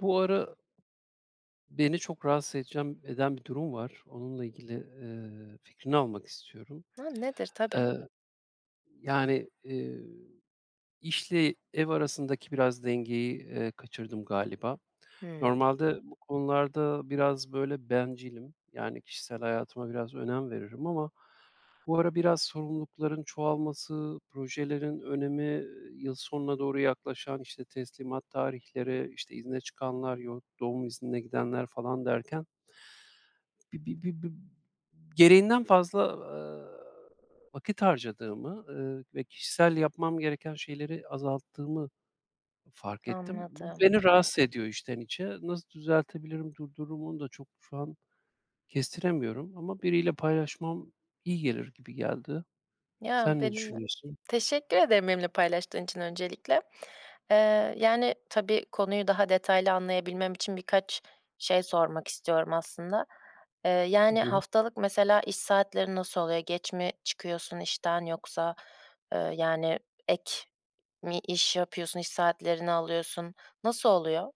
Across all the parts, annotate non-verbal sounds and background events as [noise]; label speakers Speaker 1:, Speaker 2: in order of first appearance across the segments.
Speaker 1: Bu ara beni çok rahatsız eden bir durum var. Onunla ilgili, fikrini almak istiyorum.
Speaker 2: Ha, nedir? Tabii.
Speaker 1: Eee, yani, İşle ev arasındaki biraz dengeyi, kaçırdım galiba.
Speaker 2: Hımm,
Speaker 1: Normalde bu konularda biraz böyle bencilim. Yani kişisel hayatıma biraz önem veririm ama bu ara biraz sorumlulukların çoğalması, projelerin önemi, yıl sonuna doğru yaklaşan, işte, teslimat tarihleri, işte, izne çıkanlar, doğum iznine gidenler falan derken bi gereğinden fazla, vakit harcadığımı, ve kişisel yapmam gereken şeyleri azalttığımı fark ettim. Bu
Speaker 2: anladım.
Speaker 1: beni rahatsız ediyor içten içe. Nasıl düzeltebilirim, durdururum onu da çok şu an kestiremiyorum ama biriyle paylaşmam iyi gelir gibi geldi.
Speaker 2: Ya,
Speaker 1: Sen ne
Speaker 2: benim
Speaker 1: düşünüyorsun?
Speaker 2: Teşekkür ederim benimle paylaştığın için öncelikle. Yani, tabii konuyu daha detaylı anlayabilmem için birkaç şey sormak istiyorum aslında.
Speaker 1: Hı
Speaker 2: Yani,
Speaker 1: hı.
Speaker 2: haftalık mesela iş saatlerin nasıl oluyor? Geç mi çıkıyorsun işten yoksa, yani, ek mi iş yapıyorsun, iş saatlerini alıyorsun? Nasıl oluyor?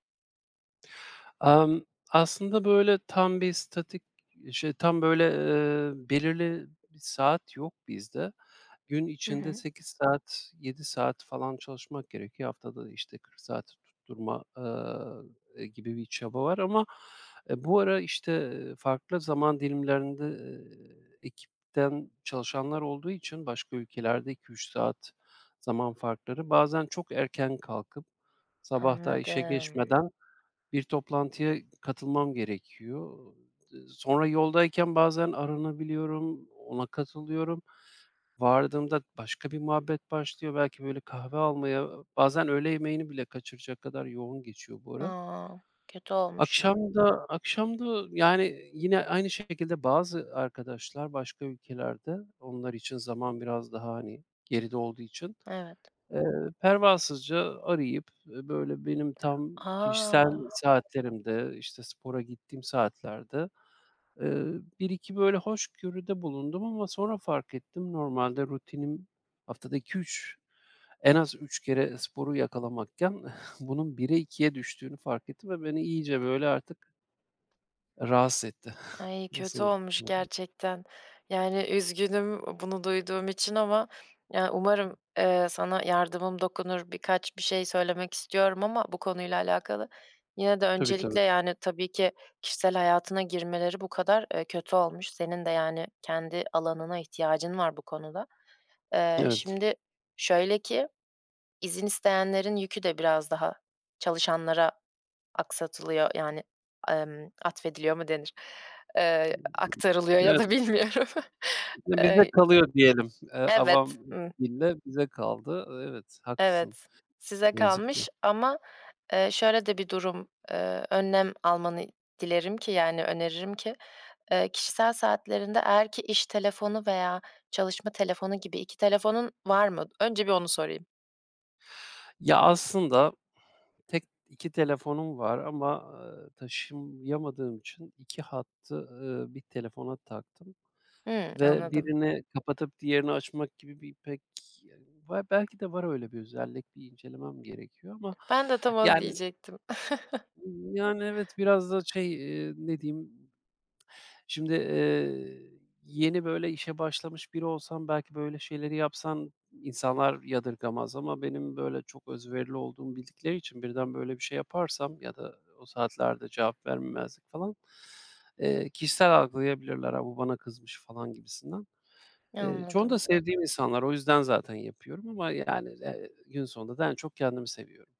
Speaker 1: Emm, aslında, böyle, tam bir statik, şey, tam böyle, belirli bir saat yok bizde. Gün
Speaker 2: Hı
Speaker 1: içinde
Speaker 2: hı.
Speaker 1: 8 saat, 7 saat falan çalışmak gerekiyor. Haftada, işte, 40 saati tutturma, gibi bir çaba var ama, bu ara, işte, farklı zaman dilimlerinde, ekipten çalışanlar olduğu için başka ülkelerde 2-3 saat zaman farkları, bazen çok erken kalkıp sabah daha işe
Speaker 2: Anladım.
Speaker 1: geçmeden bir toplantıya katılmam gerekiyor. Sonra yoldayken bazen aranabiliyorum, ona katılıyorum. Vardığımda başka bir muhabbet başlıyor. Belki böyle kahve almaya, bazen öğle yemeğini bile kaçıracak kadar yoğun geçiyor bu ara.
Speaker 2: A! Kötü olmuş.
Speaker 1: Akşam da akşam da yani yine aynı şekilde bazı arkadaşlar başka ülkelerde, onlar için zaman biraz daha, hani, geride olduğu için,
Speaker 2: Evet.
Speaker 1: eee, pervasızca arayıp, böyle benim tam kişisel
Speaker 2: A!
Speaker 1: saatlerimde, işte, spora gittiğim saatlerde. Eee, 1-2 böyle hoşgörüde bulundum ama sonra fark ettim. Normalde rutinim haftada 2-3, en az 3 kere sporu yakalamakken [laughs] bunun 1'e ikiye düştüğünü fark ettim ve beni iyice böyle artık rahatsız etti.
Speaker 2: Ay,
Speaker 1: [laughs]
Speaker 2: kötü
Speaker 1: Nasıl?
Speaker 2: olmuş gerçekten. Yani, üzgünüm bunu duyduğum için ama, ya, umarım, sana yardımım dokunur. Birkaç bir şey söylemek istiyorum ama bu konuyla alakalı. Yine de
Speaker 1: Tabii, tabii.
Speaker 2: öncelikle, yani, tabii ki kişisel hayatına girmeleri bu kadar, kötü olmuş. Senin de, yani, kendi alanına ihtiyacın var bu konuda.
Speaker 1: Evet.
Speaker 2: Şimdi şöyle ki izin isteyenlerin yükü de biraz daha çalışanlara aksatılıyor, yani, atfediliyor mu denir? Aktarılıyor ya
Speaker 1: Evet,
Speaker 2: da bilmiyorum. [laughs]
Speaker 1: bize
Speaker 2: Eee,
Speaker 1: kalıyor diyelim.
Speaker 2: evet,
Speaker 1: Avam
Speaker 2: hımm,
Speaker 1: dille bize kaldı. Evet, haklısın
Speaker 2: evet. Size
Speaker 1: ne yazık ki.
Speaker 2: kalmış ama, şöyle de bir durum, önlem almanı dilerim ki, yani, öneririm ki, kişisel saatlerinde eğer ki iş telefonu veya çalışma telefonu gibi 2 telefonun var mı? Önce bir onu sorayım.
Speaker 1: Ya, aslında tek 2 telefonum var ama, taşıyamadığım için 2 hattı, bir telefona taktım
Speaker 2: Hımm,
Speaker 1: ve
Speaker 2: anladım.
Speaker 1: birini kapatıp diğerini açmak gibi bir pek belki de var öyle bir özellik, bir incelemem gerekiyor ama
Speaker 2: Ben de tam onu
Speaker 1: yani,
Speaker 2: diyecektim. [laughs]
Speaker 1: evet biraz da şey, ne diyeyim. Şimdi, yeni böyle işe başlamış biri olsam belki böyle şeyleri yapsan insanlar yadırgamaz ama benim böyle çok özverili olduğumu bildikleri için birden böyle bir şey yaparsam ya da o saatlerde cevap vermemezlik falan, kişisel algılayabilirler, ha bu bana kızmış" falan gibisinden. Çoğunu da
Speaker 2: Anladım.
Speaker 1: sevdiğim insanlar, o yüzden zaten yapıyorum ama yani, gün sonunda da en çok kendimi seviyorum.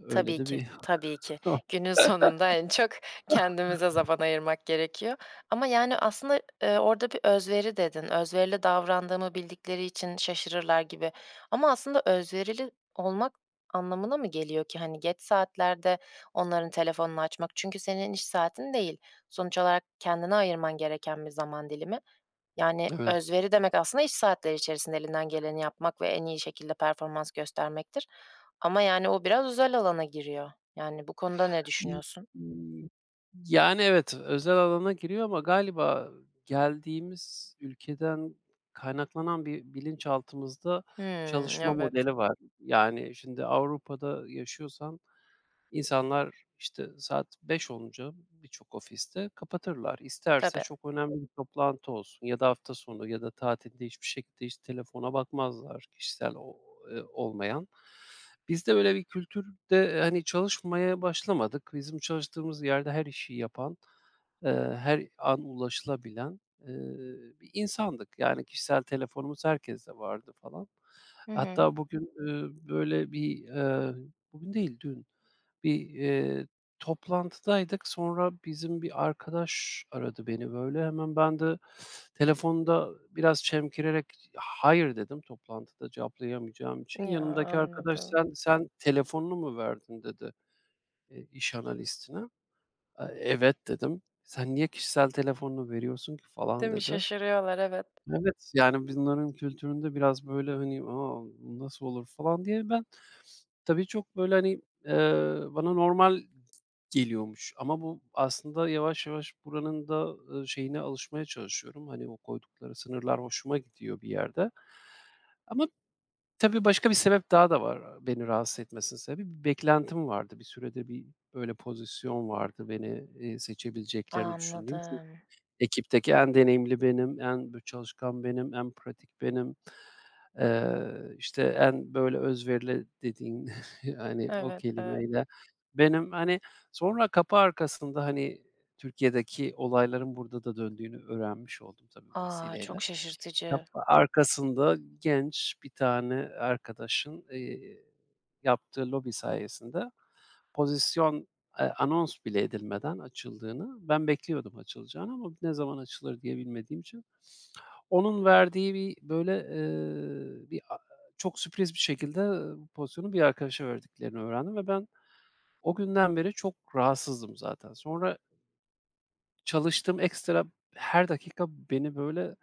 Speaker 1: Öyle
Speaker 2: Tabii
Speaker 1: de
Speaker 2: ki,
Speaker 1: bir
Speaker 2: tabii ki. Günün sonunda en çok kendimize zaman
Speaker 1: [laughs]
Speaker 2: ayırmak gerekiyor ama, yani, aslında, orada bir özveri dedin. Özverili davrandığımı bildikleri için şaşırırlar gibi ama aslında özverili olmak anlamına mı geliyor ki? Hani, geç saatlerde onların telefonunu açmak çünkü senin iş saatin değil. Sonuç olarak kendine ayırman gereken bir zaman dilimi yani,
Speaker 1: evet.
Speaker 2: özveri demek aslında iş saatleri içerisinde elinden geleni yapmak ve en iyi şekilde performans göstermektir. Ama, yani, o biraz özel alana giriyor. Yani, bu konuda ne
Speaker 1: İii,
Speaker 2: düşünüyorsun?
Speaker 1: iii, yani, evet, özel alana giriyor ama galiba geldiğimiz ülkeden kaynaklanan bir bilinçaltımızda
Speaker 2: Hımm,
Speaker 1: çalışma
Speaker 2: evet.
Speaker 1: modeli var. Yani, şimdi Avrupa'da yaşıyorsan İnsanlar, işte, saat beş olunca birçok ofiste kapatırlar. İsterse
Speaker 2: Tabii.
Speaker 1: çok önemli bir toplantı olsun ya da hafta sonu ya da tatilde hiçbir şekilde hiç telefona bakmazlar kişisel, o olmayan. Bizde öyle bir kültürde, hani, çalışmaya başlamadık. Bizim çalıştığımız yerde her işi yapan, eee, her an ulaşılabilen, bir insandık. Yani kişisel telefonumuz herkeste vardı falan.
Speaker 2: Hı hı.
Speaker 1: Hatta bugün, böyle bir, bugün değil dün bir, toplantıdaydık. Sonra bizim bir arkadaş aradı beni, böyle. Hemen ben de telefonda biraz çemkirerek hayır dedim toplantıda cevaplayamayacağım için.
Speaker 2: Ya,
Speaker 1: Yanımdaki arkadaş,
Speaker 2: anladım.
Speaker 1: "Sen telefonunu mu verdin?" dedi, iş analistine. "Evet," dedim. "Sen niye kişisel telefonunu veriyorsun ki?" falan
Speaker 2: Değil mi?
Speaker 1: dedi.
Speaker 2: Şaşırıyorlar, evet.
Speaker 1: Evet, yani bunların kültüründe biraz böyle, hani, "A, nasıl olur?" falan diye ben tabii çok böyle, hani, bana normal geliyormuş ama bu aslında yavaş yavaş buranın da, şeyine alışmaya çalışıyorum. Hani, o koydukları sınırlar hoşuma gidiyor bir yerde. Ama tabii başka bir sebep daha da var beni rahatsız etmesinin sebebi. Bir beklentim vardı. Bir süredir bir böyle pozisyon vardı beni, seçebileceklerini düşündüğüm.
Speaker 2: Anladım.
Speaker 1: Ekipteki en deneyimli benim, en böyle çalışkan benim, en pratik benim. İşte, en böyle özverili dediğin, [laughs] hani, o
Speaker 2: Evet, evet.
Speaker 1: kelimeyle benim. Hani, sonra kapı arkasında, hani, Türkiye'deki olayların burada da döndüğünü öğrenmiş oldum tabii bu
Speaker 2: A!
Speaker 1: vesileyle.
Speaker 2: Çok şaşırtıcı.
Speaker 1: Kapı arkasında genç bir tane arkadaşın, yaptığı lobi sayesinde pozisyon, anons bile edilmeden açıldığını, ben bekliyordum açılacağını ama ne zaman açılır diye bilmediğim için. Onun verdiği bir, böyle, bir a çok sürpriz bir şekilde, bu pozisyonu bir arkadaşa verdiklerini öğrendim ve ben o günden beri çok rahatsızdım zaten. Sonra çalıştığım ekstra her dakika beni, böyle,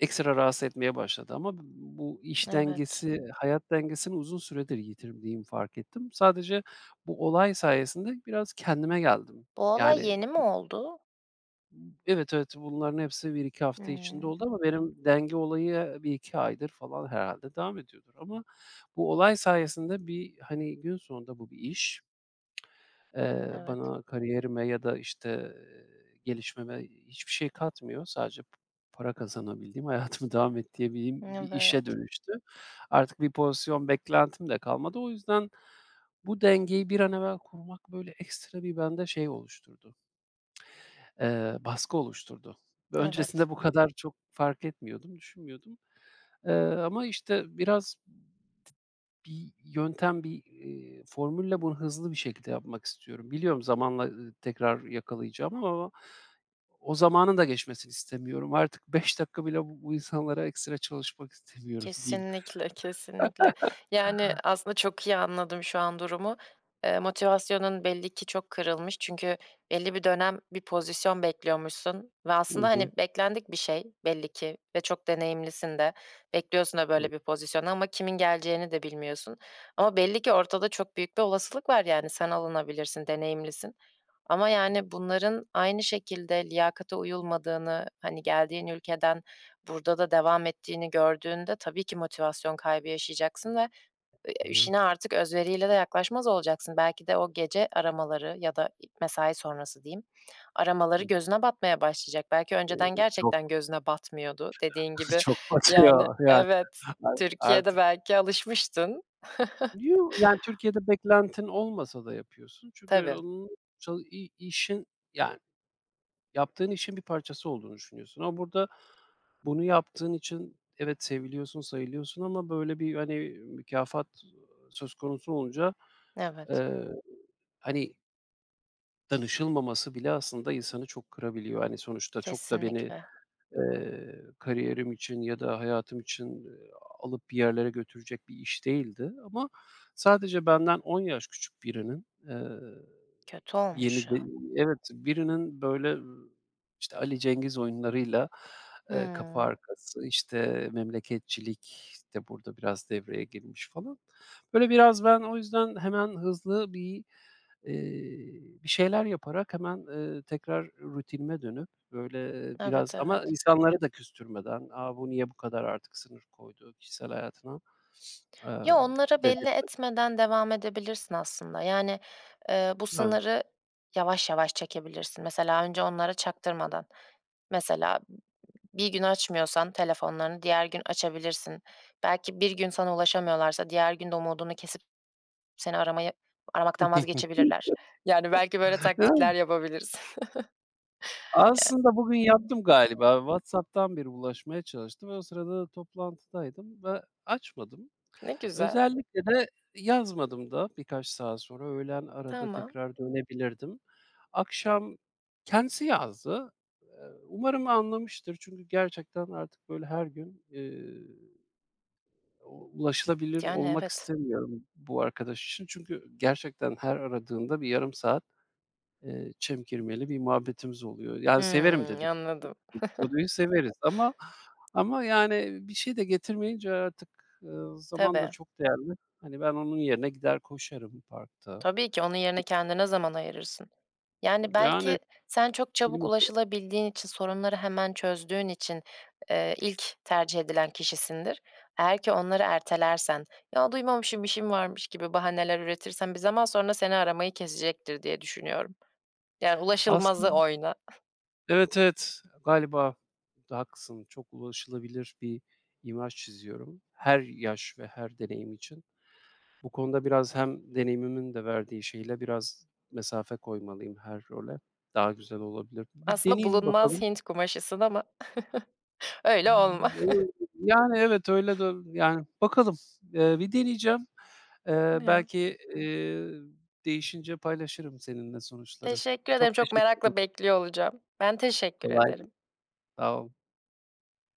Speaker 1: ekstra rahatsız etmeye başladı ama bu iş
Speaker 2: Evet.
Speaker 1: dengesi, hayat dengesini uzun süredir yitirdiğimi fark ettim. Sadece bu olay sayesinde biraz kendime geldim.
Speaker 2: Bu olay
Speaker 1: Yani,
Speaker 2: yeni mi oldu?
Speaker 1: evet, evet, bunların hepsi bir iki hafta içinde
Speaker 2: Hımm,
Speaker 1: oldu ama benim denge olayı bir iki aydır falan herhalde devam ediyordur ama bu olay sayesinde bir, hani, gün sonunda bu bir iş.
Speaker 2: evet.
Speaker 1: Bana kariyerime ya da, işte, gelişmeme hiçbir şey katmıyor. Sadece para kazanabildiğim, [laughs] hayatımı devam ettirebildiğim bir işe
Speaker 2: Evet.
Speaker 1: dönüştü. Artık bir pozisyon beklentim de kalmadı. O yüzden bu dengeyi bir an evvel kurmak, böyle, ekstra bir bende şey oluşturdu, baskı oluşturdu. Ve
Speaker 2: Evet,
Speaker 1: öncesinde
Speaker 2: evet.
Speaker 1: bu kadar çok fark etmiyordum, düşünmüyordum. Ama, işte, biraz bir yöntem, bir, formülle bunu hızlı bir şekilde yapmak istiyorum. Biliyorum zamanla, tekrar yakalayacağım ama o zamanın da geçmesini istemiyorum. Artık 5 dakika bile bu insanlara ekstra çalışmak istemiyorum [laughs] diyeyim.
Speaker 2: Kesinlikle, kesinlikle. Yani, aslında çok iyi anladım şu an durumu. Motivasyonun belli ki çok kırılmış çünkü belli bir dönem bir pozisyon bekliyormuşsun ve
Speaker 1: Hı
Speaker 2: aslında,
Speaker 1: hı.
Speaker 2: hani, beklendik bir şey belli ki ve çok deneyimlisin de. Bekliyorsun da
Speaker 1: Hı
Speaker 2: böyle bir pozisyonu ama kimin geleceğini de bilmiyorsun. Ama belli ki ortada çok büyük bir olasılık var, yani, sen alınabilirsin, deneyimlisin. Ama, yani, bunların aynı şekilde liyakata uyulmadığını, hani, geldiğin ülkeden burada da devam ettiğini gördüğünde tabii ki motivasyon kaybı yaşayacaksın ve,
Speaker 1: hı.
Speaker 2: işine artık özveriyle de yaklaşmaz olacaksın. Belki de o gece aramaları ya da mesai sonrası diyeyim, aramaları gözüne batmaya başlayacak. Belki
Speaker 1: E,
Speaker 2: önceden
Speaker 1: çok,
Speaker 2: gerçekten gözüne batmıyordu. Dediğin
Speaker 1: [laughs]
Speaker 2: gibi,
Speaker 1: çok
Speaker 2: [laughs] yani,
Speaker 1: batıyor yani
Speaker 2: evet,
Speaker 1: ar
Speaker 2: Türkiye'de
Speaker 1: artık.
Speaker 2: belki alışmıştın.
Speaker 1: Yo, yani Türkiye'de beklentin olmasa da yapıyorsun çünkü
Speaker 2: Tabii,
Speaker 1: onun ça i işin ya yaptığın işin bir parçası olduğunu düşünüyorsun ama burada bunu yaptığın için evet seviliyorsun, sayılıyorsun ama böyle bir, hani, mükafat söz konusu olunca,
Speaker 2: evet,
Speaker 1: eee, hani, danışılmaması bile aslında insanı çok kırabiliyor. Hani, sonuçta çok da beni,
Speaker 2: kesinlikle.
Speaker 1: kariyerim için ya da hayatım için, alıp bir yerlere götürecek bir iş değildi ama sadece benden 10 yaş küçük birinin,
Speaker 2: Kötü olmuş
Speaker 1: yeni de
Speaker 2: ya.
Speaker 1: evet, birinin böyle, işte, Ali Cengiz oyunlarıyla, kapı
Speaker 2: Hıı.
Speaker 1: arkası, işte, memleketçilik de burada biraz devreye girmiş falan. Böyle biraz ben o yüzden hemen hızlı bir, bir şeyler yaparak hemen, tekrar rutinime dönüp böyle
Speaker 2: Evet,
Speaker 1: biraz ama
Speaker 2: evet.
Speaker 1: insanları da küstürmeden, "A, bu niye bu kadar artık sınır koydu kişisel hayatına?" eee,
Speaker 2: Ya, onlara belli etmeden devam edebilirsin aslında. Yani, bu
Speaker 1: dedirtmem.
Speaker 2: sınırı yavaş yavaş çekebilirsin. Mesela önce onlara çaktırmadan. Mesela bir gün açmıyorsan telefonlarını diğer gün açabilirsin. Belki bir gün sana ulaşamıyorlarsa diğer gün de umudunu kesip seni aramayı aramaktan vazgeçebilirler. Yani belki böyle
Speaker 1: [laughs]
Speaker 2: taktikler yapabilirsin. [laughs] Ya,
Speaker 1: Aslında bugün yaptım galiba. WhatsApp'tan bir ulaşmaya çalıştım ve o sırada da toplantıdaydım ve açmadım.
Speaker 2: ne güzel.
Speaker 1: Özellikle de yazmadım da birkaç saat sonra. Öğlen arada
Speaker 2: Tamam.
Speaker 1: tekrar dönebilirdim. Akşam kendisi yazdı. Eee, umarım anlamıştır çünkü gerçekten artık böyle her gün, u ulaşılabilir
Speaker 2: Yani
Speaker 1: olmak
Speaker 2: evet.
Speaker 1: istemiyorum bu arkadaş için. Çünkü gerçekten her aradığında bir yarım saat çemkirmeli bir muhabbetimiz oluyor. Yani severim
Speaker 2: Hımm,
Speaker 1: dedik
Speaker 2: anladım.
Speaker 1: dedikoduyu severiz ama yani, bir şey de getirmeyince artık, zaman da
Speaker 2: Tabii.
Speaker 1: çok değerli. Hani, ben onun yerine gider koşarım parkta.
Speaker 2: Tabii ki onun yerine kendine zaman ayırırsın. Yani,
Speaker 1: Yani,
Speaker 2: belki sen çok çabuk
Speaker 1: bilmiyorum.
Speaker 2: ulaşılabildiğin için, sorunları hemen çözdüğün için, ilk tercih edilen kişisindir. Eğer ki onları ertelersen, "Ya, duymamışım, işim varmış." gibi bahaneler üretirsen bir zaman sonra seni aramayı kesecektir diye düşünüyorum. Yani, ulaşılmazı
Speaker 1: Aslında
Speaker 2: oyna.
Speaker 1: evet, evet, galiba da haklısın. Çok ulaşılabilir bir imaj çiziyorum her yaş ve her deneyim için. Bu konuda biraz hem deneyimimin de verdiği şeyle biraz mesafe koymalıyım her role. Daha güzel olabilir. Bir
Speaker 2: Aslında
Speaker 1: deneyeyim
Speaker 2: bulunmaz
Speaker 1: bakalım.
Speaker 2: Hint kumaşısın ama [laughs] öyle olma.
Speaker 1: Yani, evet, öyle de yani, bakalım. Bir deneyeceğim. Eee,
Speaker 2: Ya,
Speaker 1: belki, eee, değişince paylaşırım seninle sonuçları.
Speaker 2: teşekkür ederim.
Speaker 1: Çok
Speaker 2: Çok
Speaker 1: teşekkür
Speaker 2: merakla
Speaker 1: ederim.
Speaker 2: bekliyor olacağım. Ben teşekkür
Speaker 1: Kolay.
Speaker 2: ederim.
Speaker 1: Sağ ol.